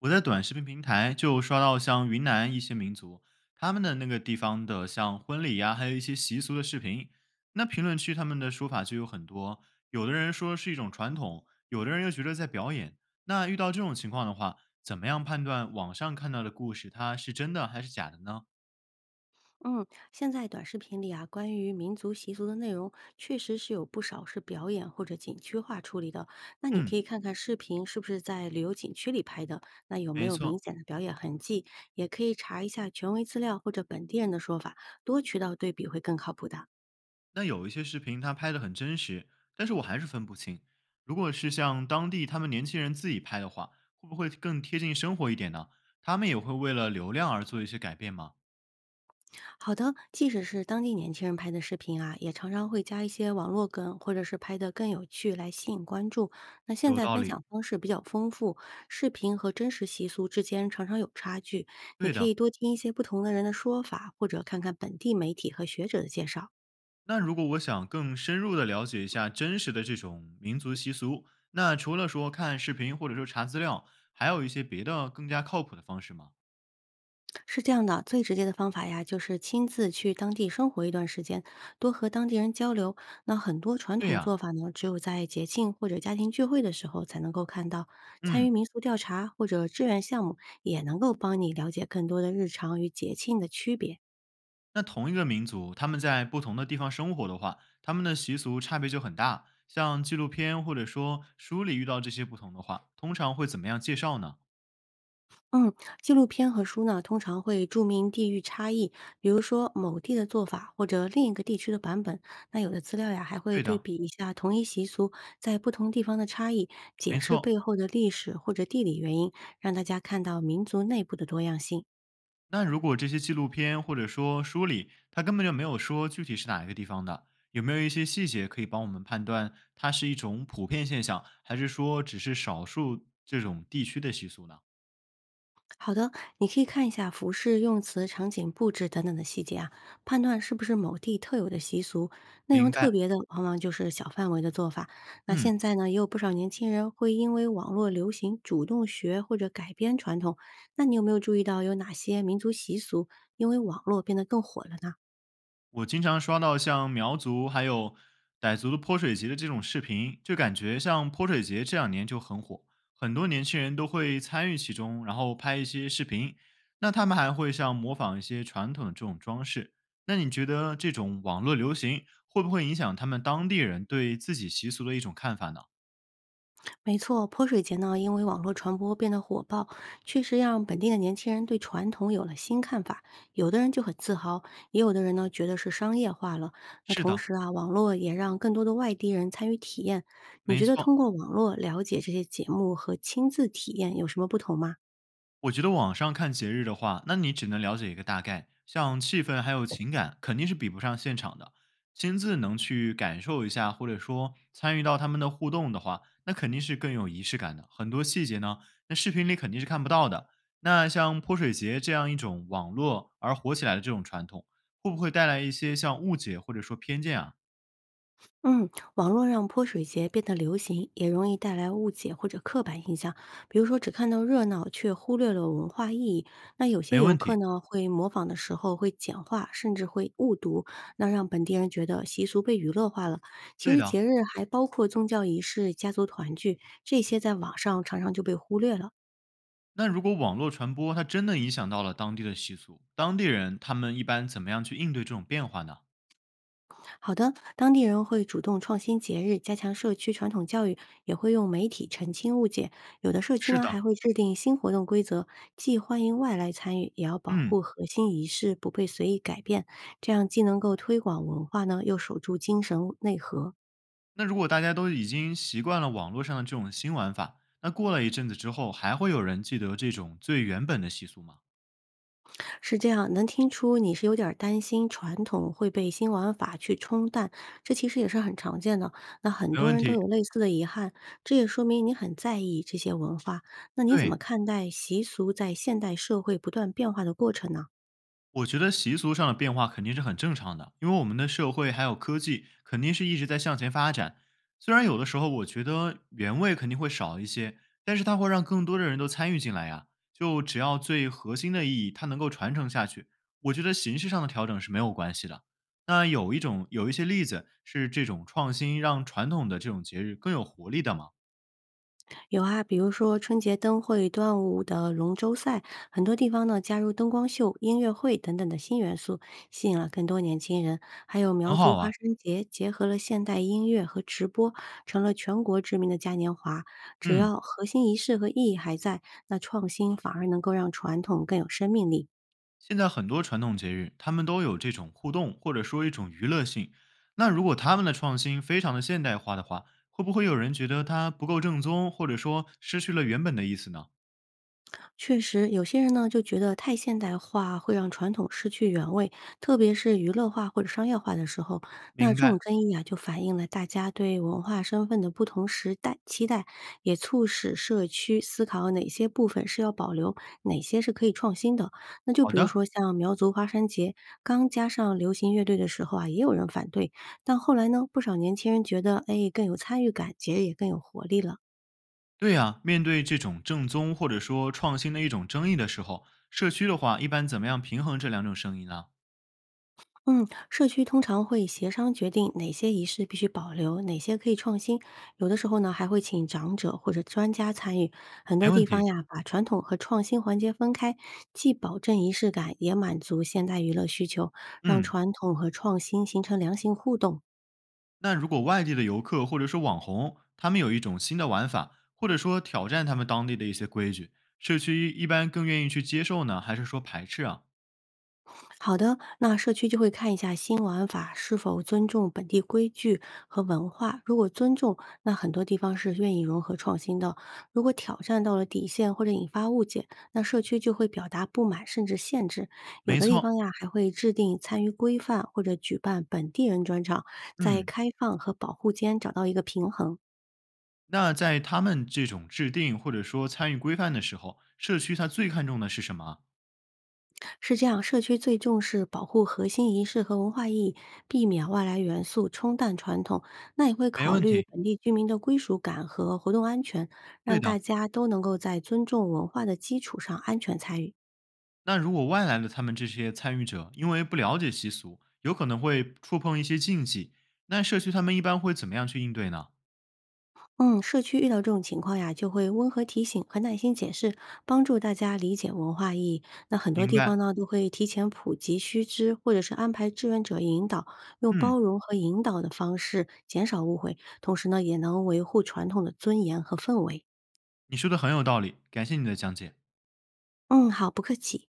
我在短视频平台就刷到像云南一些民族，他们的那个地方的像婚礼呀、还有一些习俗的视频，那评论区他们的说法就有很多，有的人说是一种传统，有的人又觉得在表演。那遇到这种情况的话，怎么样判断网上看到的故事它是真的还是假的呢？嗯，现在短视频里啊，关于民族习俗的内容，确实是有不少是表演或者景区化处理的。那你可嗯，以看看视频是不是在旅游景区里拍的，那有没没有明错，显的表演痕迹，也可以查一下权威资料或者本地人的说法，多渠道对比会更靠谱的。那有一些视频它拍的很真实，但是我还是分不清。如果是像当地他们年轻人自己拍的话，会不会更贴近生活一点呢？他们也会为了流量而做一些改变吗？好的，即使是当地年轻人拍的视频啊，也常常会加一些网络梗，或者是拍得更有趣来吸引关注。那现有在道分理，享方式比较丰富，视频和真实习俗之间常常有差距。你对可的。以多听一些不同的人的说法，或者看看本地媒体和学者的介绍。那如果我想更深入的了解一下真实的这种民族习俗，那除了说看视频或者说查资料，还有一些别的更加靠谱的方式吗？是这样的，最直接的方法呀，就是亲自去当地生活一段时间，多和当地人交流。那很多传对统呀、做法呢，只有在节庆或者家庭聚会的时候才能够看到。参嗯。与民俗调查或者志愿项目，也能够帮你了解更多的日常与节庆的区别。那同一个民族，他们在不同的地方生活的话，他们的习俗差别就很大。像纪录片或者说书里遇到这些不同的话，通常会怎么样介绍呢？嗯，纪录片和书呢，通常会注明地域差异，比如说某地的做法或者另一个地区的版本。那有的资料呀，还会对对的，比一下同一习俗在不同地方的差异，解没释错。背后的历史或者地理原因，让大家看到民族内部的多样性。那如果这些纪录片或者说书里，它根本就没有说具体是哪一个地方的，有没有一些细节可以帮我们判断它是一种普遍现象，还是说只是少数这种地区的习俗呢？好的，你可以看一下服饰、用词、场景布置等等的细节啊，判断是不是某地特有的习俗。内容明特白，别的，往往就是小范围的做法。那嗯。现在呢，也有不少年轻人会因为网络流行主动学或者改编传统。那你有没有注意到有哪些民族习俗因为网络变得更火了呢？我经常刷到像苗族还有傣族的泼水节的这种视频，就感觉像泼水节这两年就很火，很多年轻人都会参与其中，然后拍一些视频。那他们还会像模仿一些传统的这种装饰。那你觉得这种网络流行会不会影响他们当地人对自己习俗的一种看法呢？没错，泼水节呢，因为网络传播变得火爆，确实让本地的年轻人对传统有了新看法。有的人就很自豪，也有的人呢觉得是商业化了。那是同的，时啊，网络也让更多的外地人参与体验。你没觉得错。通过网络了解这些节目和亲自体验有什么不同吗？我觉得网上看节日的话，那你只能了解一个大概，像气氛还有情感，肯定是比不上现场的。亲自能去感受一下，或者说参与到他们的互动的话，那肯定是更有仪式感的。很多细节呢，那视频里肯定是看不到的。那像泼水节这样一种网络而火起来的这种传统，会不会带来一些像误解或者说偏见啊？嗯，网络让泼水节变得流行，也容易带来误解或者刻板印象。比如说，只看到热闹，却忽略了文化意义。那有些没游问客题，呢，会模仿的时候会简化，甚至会误读，那让本地人觉得习俗被娱乐化了。其对实的。节日还包括宗教仪式、家族团聚，这些在网上常常就被忽略了。那如果网络传播它真的影响到了当地的习俗，当地人他们一般怎么样去应对这种变化呢？好的，当地人会主动创新节日，加强社区传统教育，也会用媒体澄清误解。有的社区是呢还的，会制定新活动规则，既欢迎外来参与，也要保嗯，护核心仪式不被随意改变。这样既能够推广文化呢，又守住精神内核。那如果大家都已经习惯了网络上的这种新玩法，那过了一阵子之后，还会有人记得这种最原本的习俗吗？是这样，能听出你是有点儿担心传统会被新玩法去冲淡，这其实也是很常见的。那很没多问人都题，有类似的遗憾，这也说明你很在意这些文化。那你怎对，么看待习俗在现代社会不断变化的过程呢？我觉得习俗上的变化肯定是很正常的，因为我们的社会还有科技肯定是一直在向前发展。虽然有的时候我觉得原味肯定会少一些，但是它会让更多的人都参与进来呀。就只要最核心的意义它能够传承下去，我觉得形式上的调整是没有关系的。那有一些例子是这种创新让传统的这种节日更有活力的嘛，有啊，比如说春节灯会、端午的龙舟赛，很多地方呢加入灯光秀、音乐会等等的新元素，吸引了更多年轻人。还有很苗族好花啊。生节，结合了现代音乐和直播，成了全国知名的嘉年华。只嗯。要核心仪式和意义还在，那创新反而能够让传统更有生命力。现在很多传统节日，他们都有这种互动或者说一种娱乐性。那如果他们的创新非常的现代化的话，会不会有人觉得它不够正宗，或者说失去了原本的意思呢？确实，有些人呢就觉得太现代化会让传统失去原味，特别是娱乐化或者商业化的时候，那明这白，种争议啊，就反映了大家对文化身份的不同时代期待，也促使社区思考哪些部分是要保留，哪些是可以创新的。那就好比如的，说像苗族花山节刚加上流行乐队的时候啊，也有人反对，但后来呢，不少年轻人觉得，哎，更有参与感，节日也更有活力了。对呀、面对这种正宗或者说创新的一种争议的时候，社区的话一般怎么样平衡这两种声音呢？嗯，社区通常会协商决定哪些仪式必须保留，哪些可以创新。有的时候呢，还会请长者或者专家参与。很没多问地方题，呀，把传统和创新环节分开，既保证仪式感，也满足现代娱乐需求，让嗯。传统和创新形成良性互动。那如果外地的游客或者说网红，他们有一种新的玩法，或者说挑战他们当地的一些规矩，社区一般更愿意去接受呢，还是说排斥啊？好的，那社区就会看一下新玩法是否尊重本地规矩和文化。如果尊重，那很多地方是愿意融合创新的；如果挑战到了底线或者引发误解，那社区就会表达不满甚至限制。有没的地错，方呀，还会制定参与规范或者举办本地人专场，在嗯，开放和保护间找到一个平衡。那在他们这种制定或者说参与规范的时候，社区它最看重的是什么啊？是这样，社区最重视保护核心仪式和文化意义，避免外来元素冲淡传统。那也会没考问虑题，本地居民的归属感和活动安全，对让的。大家都能够在尊重文化的基础上安全参与。那如果外来的他们这些参与者，因为不了解习俗，有可能会触碰一些禁忌，那社区他们一般会怎么样去应对呢？嗯，社区遇到这种情况呀，就会温和提醒和耐心解释，帮助大家理解文化意义。那很多明地白，方呢，都会提前普及须知，或者是安排志愿者引导，用嗯，包容和引导的方式减少误会，同时呢，也能维护传统的尊严和氛围。你说的很有道理，感谢你的讲解。嗯，好，不客气。